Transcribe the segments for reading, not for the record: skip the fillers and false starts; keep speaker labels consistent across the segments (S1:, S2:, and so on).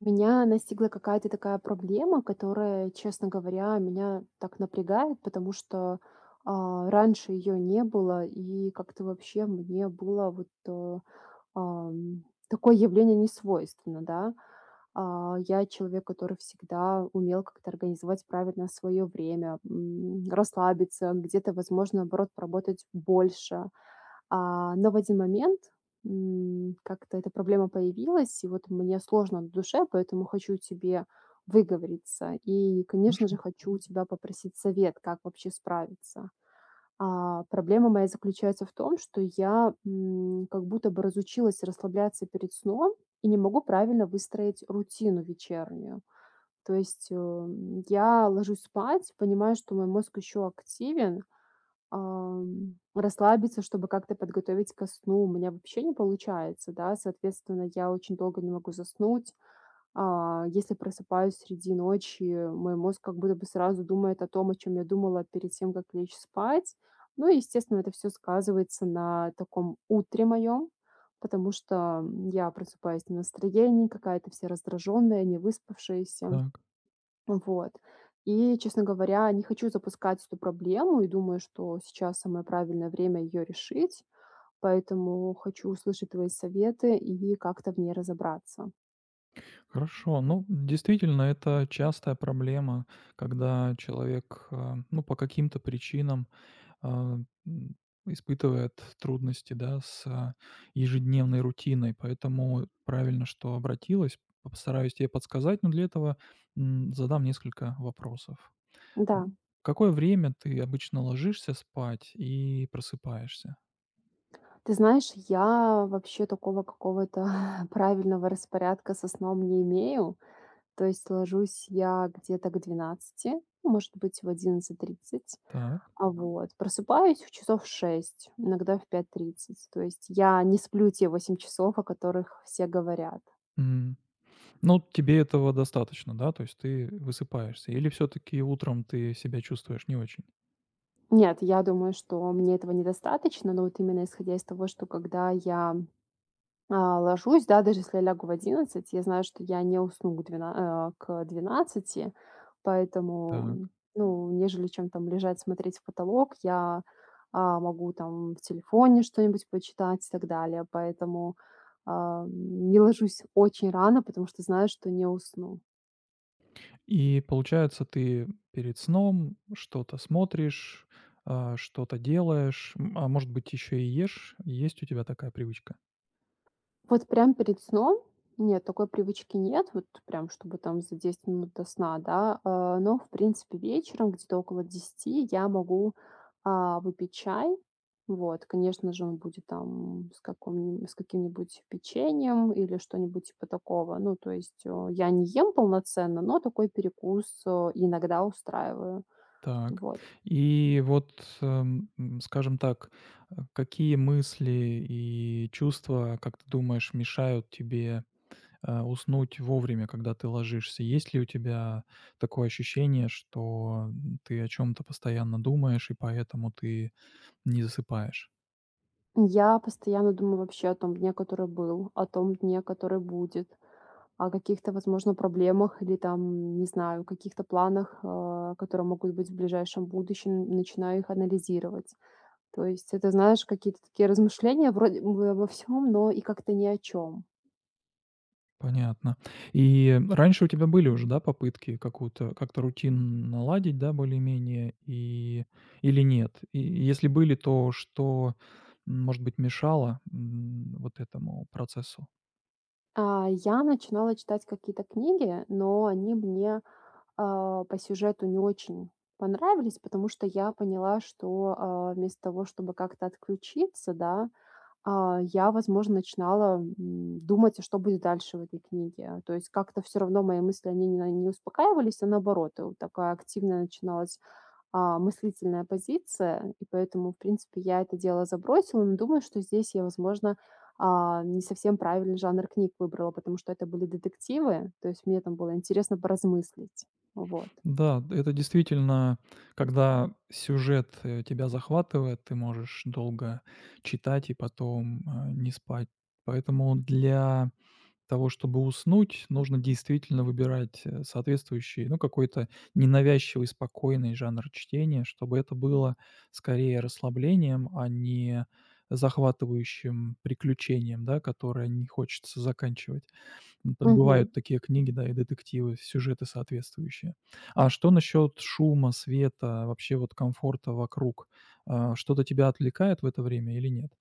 S1: Меня настигла какая-то такая проблема, которая, честно говоря, меня так напрягает, потому что, раньше ее не было, и как-то вообще мне было вот, ам, такое явление не свойственно, да. Я человек, который всегда умел как-то организовать правильно свое время, расслабиться, где-то, возможно, наоборот, поработать больше. Но в один момент, как-то эта проблема появилась, и вот мне сложно на душе, поэтому хочу тебе выговориться. И, конечно
S2: Хорошо,
S1: же, хочу у тебя попросить совет, как вообще справиться. Проблема моя заключается в том, что я, как будто бы разучилась расслабляться перед сном и не могу правильно выстроить рутину вечернюю. То есть, я ложусь спать, понимаю, что мой мозг еще активен. Расслабиться, чтобы как-то подготовить ко сну, у меня вообще не получается, да. Соответственно, я очень долго не могу заснуть. Если просыпаюсь среди ночи, мой мозг как будто бы сразу думает о том, о чем я думала перед тем, как лечь спать. Ну и, естественно, это все сказывается на таком утре моем, потому что я просыпаюсь на настроении, какая-то вся раздраженная, не выспавшаяся.
S2: так,
S1: Вот. И, честно говоря, не хочу запускать эту проблему и думаю, что сейчас самое правильное время ее решить, поэтому хочу услышать твои советы и как-то в ней разобраться.
S2: хорошо. Ну, действительно, это частая проблема, когда человек, а, ну, по каким-то причинам, а, м, испытывает трудности, да, с ежедневной рутиной. Поэтому правильно, что обратилась. Постараюсь тебе подсказать, но для этого, задам несколько вопросов.
S1: Да.
S2: В какое время ты обычно ложишься спать и просыпаешься?
S1: Ты знаешь, я вообще такого какого-то правильного распорядка со сном не имею. То есть ложусь я где-то к 12, ну, может быть, в 11:30.
S2: Так.
S1: А вот просыпаюсь в часов 6, иногда в 5:30. То есть я не сплю те 8 часов, о которых все говорят.
S2: Ну, тебе этого достаточно, да? То есть ты высыпаешься? Или все таки утром ты себя чувствуешь не очень?
S1: Нет, я думаю, что мне этого недостаточно, но вот именно исходя из того, что когда я ложусь, да, даже если я лягу в 11, я знаю, что я не усну к 12, поэтому,
S2: Так.
S1: ну, нежели чем там лежать, смотреть в потолок, я, могу там в телефоне что-нибудь почитать и так далее. Поэтому, не ложусь очень рано, потому что знаю, что не усну.
S2: И получается, ты перед сном что-то смотришь, что-то делаешь, м, а может быть, еще и ешь? Есть у тебя такая привычка?
S1: Вот прям перед сном нет, такой привычки нет, вот прям чтобы там за 10 минут до сна, да. Но, в принципе, вечером где-то около десяти я могу, выпить чай. Вот, конечно же, он будет там с каком с каким-нибудь печеньем или что-нибудь типа такого. Ну, то есть, я не ем полноценно, но такой перекус, иногда устраиваю.
S2: Так.
S1: Вот.
S2: И вот, скажем так, э, какие мысли и чувства, как ты думаешь, мешают тебе, уснуть вовремя, когда ты ложишься? Есть ли у тебя такое ощущение, что, м, ты о чем то постоянно думаешь, и поэтому ты не засыпаешь?
S1: Я постоянно думаю вообще о том дне, который был, о том дне, который будет, о каких-то, возможно, проблемах или там, не знаю, каких-то планах, которые могут быть в ближайшем будущем, начинаю их анализировать. То есть это, знаешь, какие-то такие размышления вроде бы обо всем, но и как-то ни о чем.
S2: Понятно. И раньше у тебя были уже, да, попытки какую-то как-то рутин наладить, да, более-менее, и или нет? И если были, то что, м, может быть, мешало, м, вот этому процессу?
S1: Я начинала читать какие-то книги, но они мне по сюжету не очень понравились, потому что я поняла, что вместо того, чтобы как-то отключиться, да, я, возможно, начинала, думать, а что будет дальше в этой книге. То есть как-то все равно мои мысли, они не успокаивались, а наоборот, вот такая активная начиналась, мыслительная позиция. И поэтому, в принципе, я это дело забросила, но думаю, что здесь я, возможно, не совсем правильный жанр книг выбрала, потому что это были детективы. То есть мне там было интересно поразмыслить. Вот.
S2: Да, это действительно, когда сюжет э, тебя захватывает, ты можешь долго читать и потом а, не спать. Поэтому для того, чтобы уснуть, нужно действительно выбирать э, соответствующий, ну, какой-то ненавязчивый, спокойный жанр чтения, чтобы это было скорее расслаблением, а не захватывающим приключением, да, которое не хочется заканчивать. Ну, там
S1: Мгм.
S2: бывают такие книги, да, и детективы, сюжеты соответствующие. А что насчет шума, света, вообще вот комфорта вокруг? Что-то тебя отвлекает в это время или нет?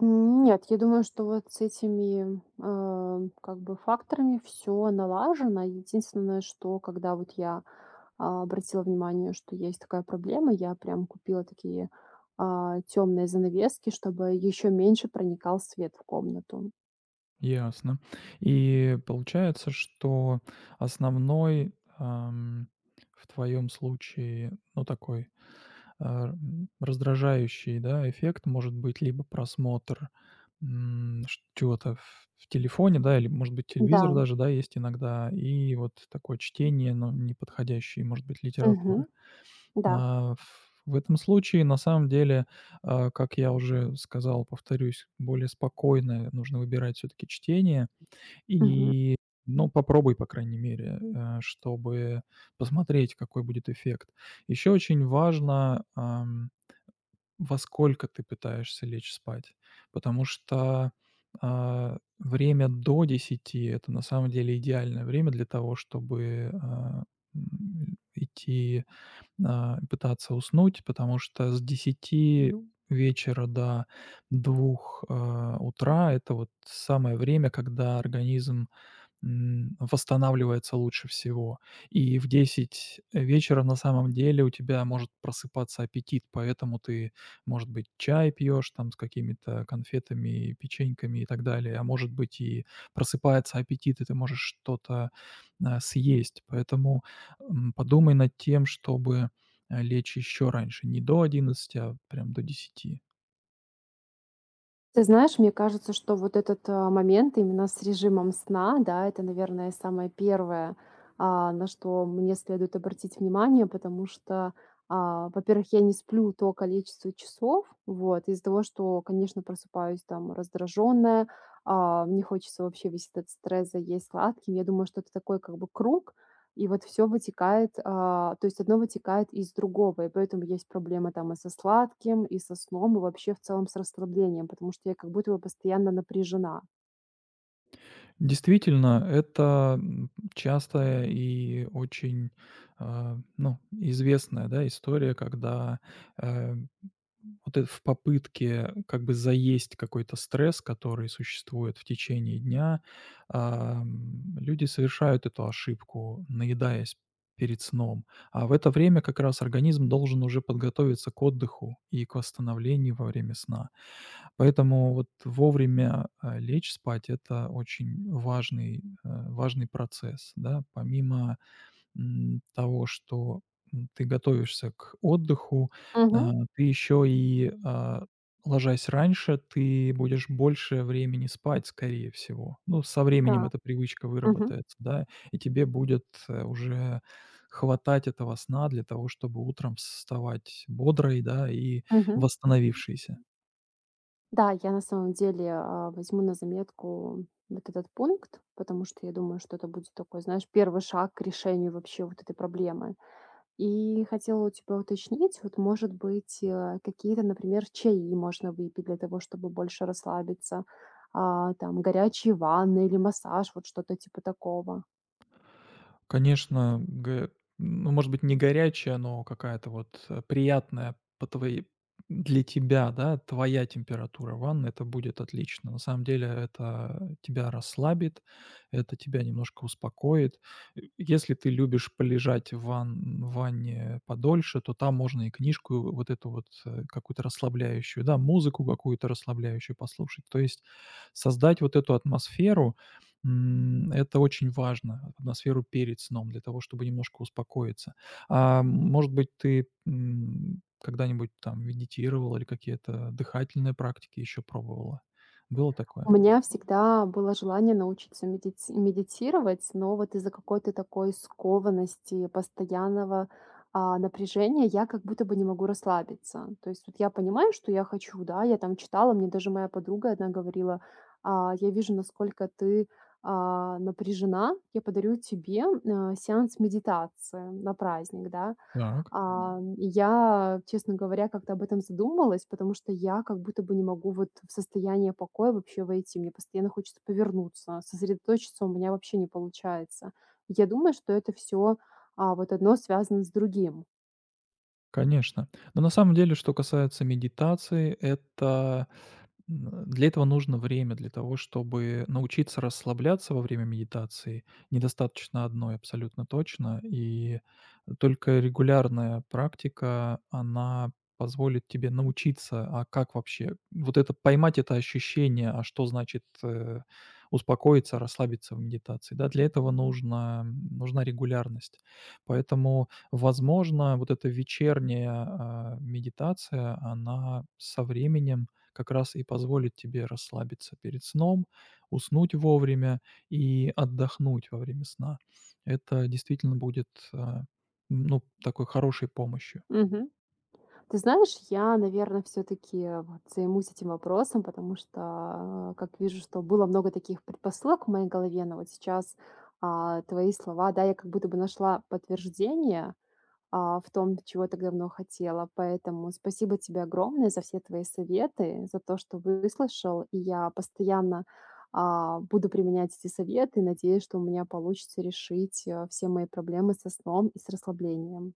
S1: Нет, я думаю, что вот с этими, как бы факторами все налажено. Единственное, что когда вот я, обратила внимание, что есть такая проблема, я прям купила такие, темные занавески, чтобы еще меньше проникал свет в комнату.
S2: Ясно. И получается, что основной, в твоем случае, ну, такой, раздражающий, да, эффект может быть либо просмотр, м, ш чего-то в телефоне, да, или, может быть, телевизор
S1: Да.
S2: даже, да, есть иногда, и вот такое чтение, но неподходящей, может быть, литературы.
S1: Мгм. Да.
S2: А, ф В этом случае, на самом деле, а, как я уже сказал, повторюсь, более спокойное нужно выбирать все таки чтение.
S1: Мгм.
S2: И, ну, попробуй, по крайней мере, э, чтобы посмотреть, какой будет эффект. Еще очень важно, во сколько ты пытаешься лечь спать, потому что а, время до десяти это на самом деле идеальное время для того, чтобы, а, м, идти пытаться уснуть, потому что с десяти вечера до двух утра — это вот самое время, когда организм восстанавливается лучше всего. И в 10 вечера на самом деле у тебя может просыпаться аппетит, поэтому ты, может быть, чай пьешь там с какими-то конфетами, печеньками и так далее, а может быть и просыпается аппетит, и ты можешь что-то а, съесть. Поэтому, м, подумай над тем, чтобы э, лечь еще раньше, не до одиннадцати, а прям до десяти.
S1: Ты знаешь, мне кажется, что вот этот, момент именно с режимом сна, да, это, наверное, самое первое, на что мне следует обратить внимание, потому что, во-первых, я не сплю то количество часов, вот, из-за того, что, конечно, просыпаюсь там раздраженная, мне хочется вообще весь этот стресс заесть сладким. Я думаю, что это такой как бы круг, и вот все вытекает, то есть одно вытекает из другого, и поэтому есть проблемы там и со сладким, и со сном, и вообще в целом с расслаблением, потому что я как будто бы постоянно напряжена.
S2: Действительно, это, м, частая и очень, ну, известная, да, история, когда э, вот это в попытке как бы заесть какой-то стресс, который существует в течение дня, люди совершают эту ошибку, наедаясь перед сном. А в это время как раз организм должен уже подготовиться к отдыху и к восстановлению во время сна. Поэтому вот вовремя а, лечь спать — это очень важный, важный процесс, да. Помимо того, что м, ты готовишься к отдыху, а,
S1: Мгм.
S2: ты еще и, а, ложась раньше, ты будешь больше времени спать, скорее всего. Ну, со временем
S1: Да.
S2: эта привычка
S1: Мгм.
S2: выработается, да, и тебе будет э, уже хватать этого сна для того, чтобы утром вставать бодрой, да, и
S1: Мгм.
S2: восстановившейся.
S1: Да, я на самом деле, возьму на заметку вот этот пункт, потому что я думаю, что это будет такой, знаешь, первый шаг к решению вообще вот этой проблемы. И хотела у тебя уточнить, вот, может быть, какие-то, например, чаи можно выпить для того, чтобы больше расслабиться, там горячие ванны или массаж, вот что-то типа такого.
S2: Конечно, г ну, может быть, не горячая, но какая-то вот э, приятная по твоей, для тебя, да, твоя температура ванны — это будет отлично. На самом деле это тебя расслабит, это тебя немножко успокоит. Э, если ты любишь полежать в ванне подольше, то там можно и книжку вот эту вот э, какую-то расслабляющую, да, музыку какую-то расслабляющую послушать. То есть создать вот эту атмосферу. М, это очень важно, атмосферу перед сном, для того, чтобы немножко успокоиться. А может быть, ты м, когда-нибудь там медитировала или какие-то дыхательные практики еще пробовала? Было такое?
S1: У меня всегда было желание научиться медитировать, но вот из-за какой-то такой скованности, постоянного напряжения я как будто бы не могу расслабиться. То есть вот я понимаю, что я хочу, да, я там читала, мне даже моя подруга одна говорила: Я вижу, насколько ты напряжена, я подарю тебе сеанс медитации на праздник», да.
S2: Так.
S1: И я, честно говоря, как-то об этом задумалась, потому что я как будто бы не могу вот в состояние покоя вообще войти. Мне постоянно хочется повернуться, сосредоточиться у меня вообще не получается. Я думаю, что это все вот одно связано с другим.
S2: Конечно. Но на самом деле, что касается медитации, это, м, для этого нужно время, для того, чтобы научиться расслабляться во время медитации. Недостаточно одной абсолютно точно. И только регулярная практика, она позволит тебе научиться, а как вообще, вот это, поймать это ощущение, а что значит э, успокоиться, расслабиться в медитации. Да, для этого нужна регулярность. Поэтому, возможно, вот эта вечерняя а, медитация, она со временем как раз и позволит тебе расслабиться перед сном, уснуть вовремя и отдохнуть во время сна. Это действительно будет, а, ну, такой хорошей помощью.
S1: Мгм. Ты знаешь, я, наверное, все-таки вот займусь этим вопросом, потому что, как вижу, что было много таких предпосылок в моей голове, но вот сейчас твои слова, да, я как будто бы нашла подтверждение, в том, чего так давно хотела. Поэтому спасибо тебе огромное за все твои советы, за то, что выслушал. И я постоянно буду применять эти советы. Надеюсь, что у меня получится решить все мои проблемы со сном и с расслаблением.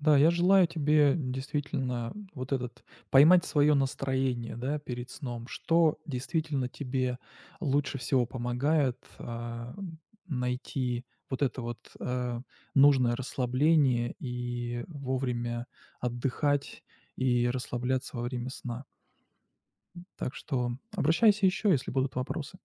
S2: Да, я желаю тебе действительно вот этот поймать свое настроение, да, перед сном. Что действительно тебе лучше всего помогает а, найти вот это вот э, нужное расслабление и вовремя отдыхать, и расслабляться во время сна. Так что обращайся еще, если будут вопросы.